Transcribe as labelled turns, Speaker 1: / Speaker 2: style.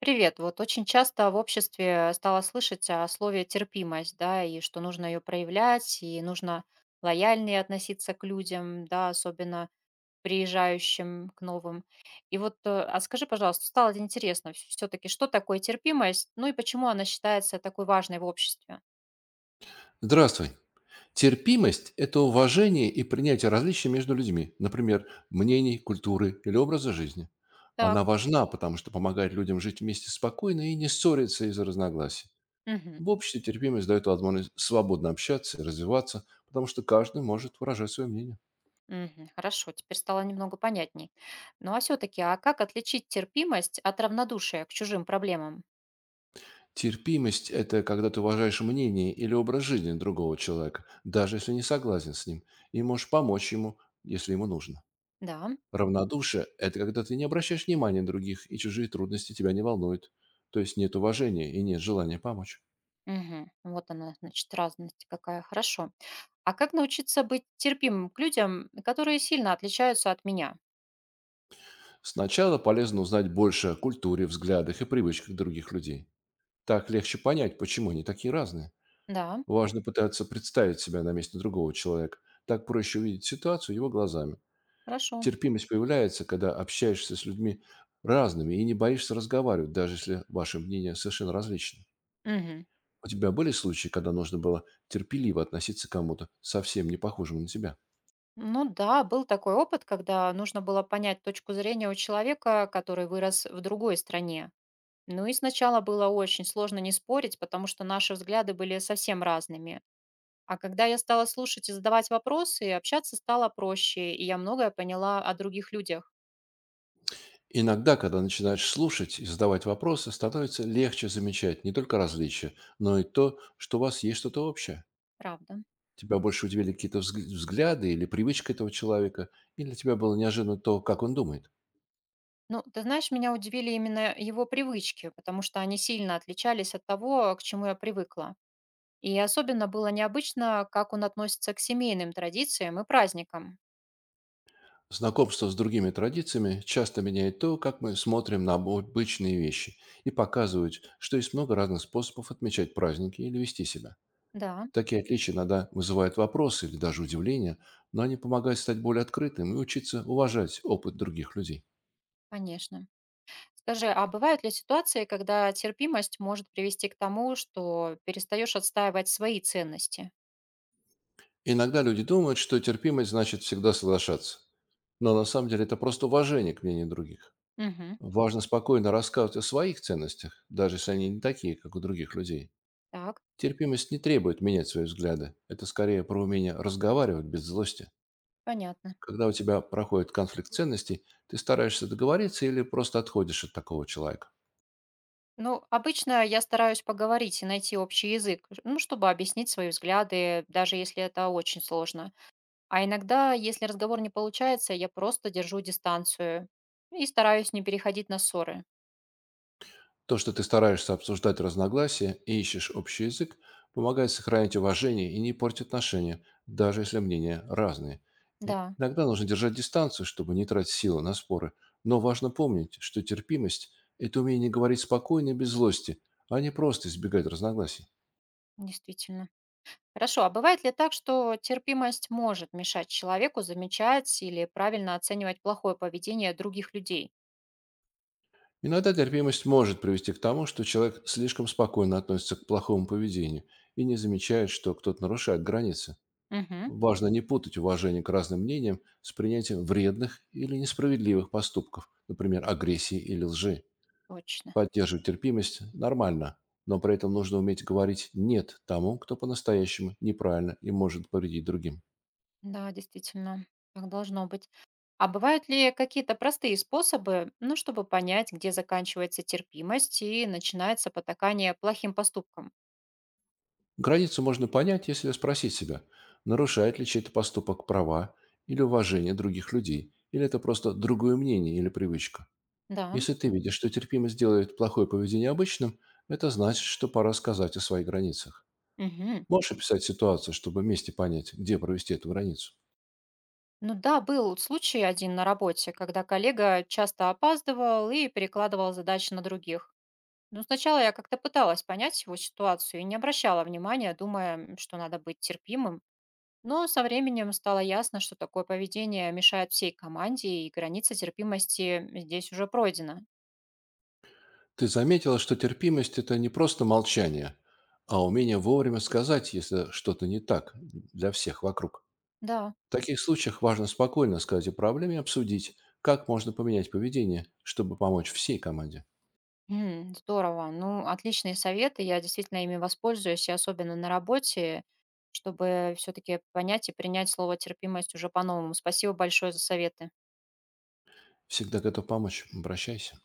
Speaker 1: Привет. Вот очень часто в обществе стала слышать о слове терпимость, да, и что нужно ее проявлять, и нужно лояльнее относиться к людям, да, особенно приезжающим к новым. И вот, а скажи, пожалуйста, стало это интересно все-таки, что такое терпимость, ну и почему она считается такой важной в обществе?
Speaker 2: Здравствуй. Терпимость– это уважение и принятие различий между людьми, например, мнений, культуры или образа жизни.
Speaker 1: Так.
Speaker 2: Она важна, потому что помогает людям жить вместе спокойно и не ссориться из-за разногласий.
Speaker 1: Мгм.
Speaker 2: В обществе терпимость дает возможность свободно общаться и развиваться, потому что каждый может выражать свое мнение.
Speaker 1: Мгм. Хорошо, теперь стало немного понятней. Ну а все-таки, а как отличить терпимость от равнодушия к чужим проблемам?
Speaker 2: Терпимость– это когда ты уважаешь мнение или образ жизни другого человека, даже если не согласен с ним, и можешь помочь ему, если ему нужно.
Speaker 1: Да.
Speaker 2: Равнодушие– это когда ты не обращаешь внимания на других, и чужие трудности тебя не волнуют. То есть нет уважения и нет желания помочь.
Speaker 1: Мгм. Вот она, значит, разность какая. Хорошо. А как научиться быть терпимым к людям, которые сильно отличаются от меня?
Speaker 2: Сначала полезно узнать больше о культуре, взглядах и привычках других людей. Так легче понять, почему они такие разные.
Speaker 1: Да,
Speaker 2: Важно пытаться представить себя на месте другого человека. Так проще увидеть ситуацию его глазами.
Speaker 1: хорошо.
Speaker 2: Терпимость появляется, когда общаешься с людьми разными и не боишься разговаривать, даже если ваши мнения совершенно различны.
Speaker 1: Мгм.
Speaker 2: У тебя были случаи, когда нужно было терпеливо относиться к кому-то, совсем не похожему на тебя?
Speaker 1: Ну да, был такой опыт, когда нужно было понять точку зрения у человека, который вырос в другой стране. Ну и сначала было очень сложно не спорить, потому что наши взгляды были совсем разными. А когда я стала слушать и задавать вопросы, общаться стало проще, и я многое поняла о других людях.
Speaker 2: Иногда, когда начинаешь слушать и задавать вопросы, становится легче замечать не только различия, но и то, что у вас есть что-то общее.
Speaker 1: Правда.
Speaker 2: Тебя больше удивили какие-то взгляды или привычка этого человека, или для тебя было неожиданно то, как он думает.
Speaker 1: Ну, ты знаешь, меня удивили именно его привычки, потому что они сильно отличались от того, к чему я привыкла. И особенно было необычно, как он относится к семейным традициям и праздникам.
Speaker 2: Знакомство с другими традициями часто меняет то, как мы смотрим на обычные вещи, и показывает, что есть много разных способов отмечать праздники или вести себя.
Speaker 1: Да,
Speaker 2: Такие отличия иногда вызывают вопросы или даже удивление, но они помогают стать более открытым и учиться уважать опыт других людей.
Speaker 1: конечно. Скажи, а бывают ли ситуации, когда терпимость может привести к тому, что перестаешь отстаивать свои ценности?
Speaker 2: Иногда люди думают, что терпимость значит всегда соглашаться. Но на самом деле это просто уважение к мнению других.
Speaker 1: Угу,
Speaker 2: Важно спокойно рассказывать о своих ценностях, даже если они не такие, как у других людей.
Speaker 1: так,
Speaker 2: Терпимость не требует менять свои взгляды. Это скорее про умение разговаривать без злости.
Speaker 1: понятно.
Speaker 2: Когда у тебя проходит конфликт ценностей, ты стараешься договориться или просто отходишь от такого человека.
Speaker 1: Ну, обычно я стараюсь поговорить и найти общий язык, ну, чтобы объяснить свои взгляды, даже если это очень сложно. А иногда, если разговор не получается, я просто держу дистанцию и стараюсь не переходить на ссоры.
Speaker 2: То, что ты стараешься обсуждать разногласия и ищешь общий язык, помогает сохранить уважение и не портить отношения, даже если мнения разные. И
Speaker 1: Да,
Speaker 2: Иногда нужно держать дистанцию, чтобы не тратить силы на споры. Но важно помнить, что терпимость– это умение говорить спокойно и без злости, а не просто избегать разногласий.
Speaker 1: действительно. Хорошо, а бывает ли так, что терпимость может мешать человеку замечать или правильно оценивать плохое поведение других людей?
Speaker 2: Иногда терпимость может привести к тому, что человек слишком спокойно относится к плохому поведению и не замечает, что кто-то нарушает границы.
Speaker 1: Угу,
Speaker 2: Важно не путать уважение к разным мнениям с принятием вредных или несправедливых поступков, например, агрессии или лжи.
Speaker 1: точно.
Speaker 2: Поддерживать терпимость нормально, но при этом нужно уметь говорить «нет» тому, кто по-настоящему неправильно и может повредить другим.
Speaker 1: Да, действительно, так должно быть. А бывают ли какие-то простые способы, ну, чтобы понять, где заканчивается терпимость и начинается потакание плохим поступкам?
Speaker 2: Границу можно понять, если спросить себя, нарушает ли чей-то поступок права или уважение других людей, или это просто другое мнение или привычка.
Speaker 1: Да.
Speaker 2: Если ты видишь, что терпимость делает плохое поведение обычным, это значит, что пора сказать о своих границах.
Speaker 1: Угу.
Speaker 2: Можешь описать ситуацию, чтобы вместе понять, где провести эту границу?
Speaker 1: Ну да, был случай один на работе, когда коллега часто опаздывал и перекладывал задачи на других. Но сначала я как-то пыталась понять его ситуацию и не обращала внимания, думая, что надо быть терпимым. Но со временем стало ясно, что такое поведение мешает всей команде, и граница терпимости здесь уже пройдена.
Speaker 2: Ты заметила, что терпимость– это не просто молчание, а умение вовремя сказать, если что-то не так для всех вокруг.
Speaker 1: Да.
Speaker 2: В таких случаях важно спокойно сказать о проблеме и обсудить, как можно поменять поведение, чтобы помочь всей команде.
Speaker 1: Здорово. Ну, отличные советы. Я действительно ими воспользуюсь, и особенно на работе, чтобы все-таки понять и принять слово терпимость уже по-новому. Спасибо большое за советы.
Speaker 2: Всегда готов помочь. Обращайся.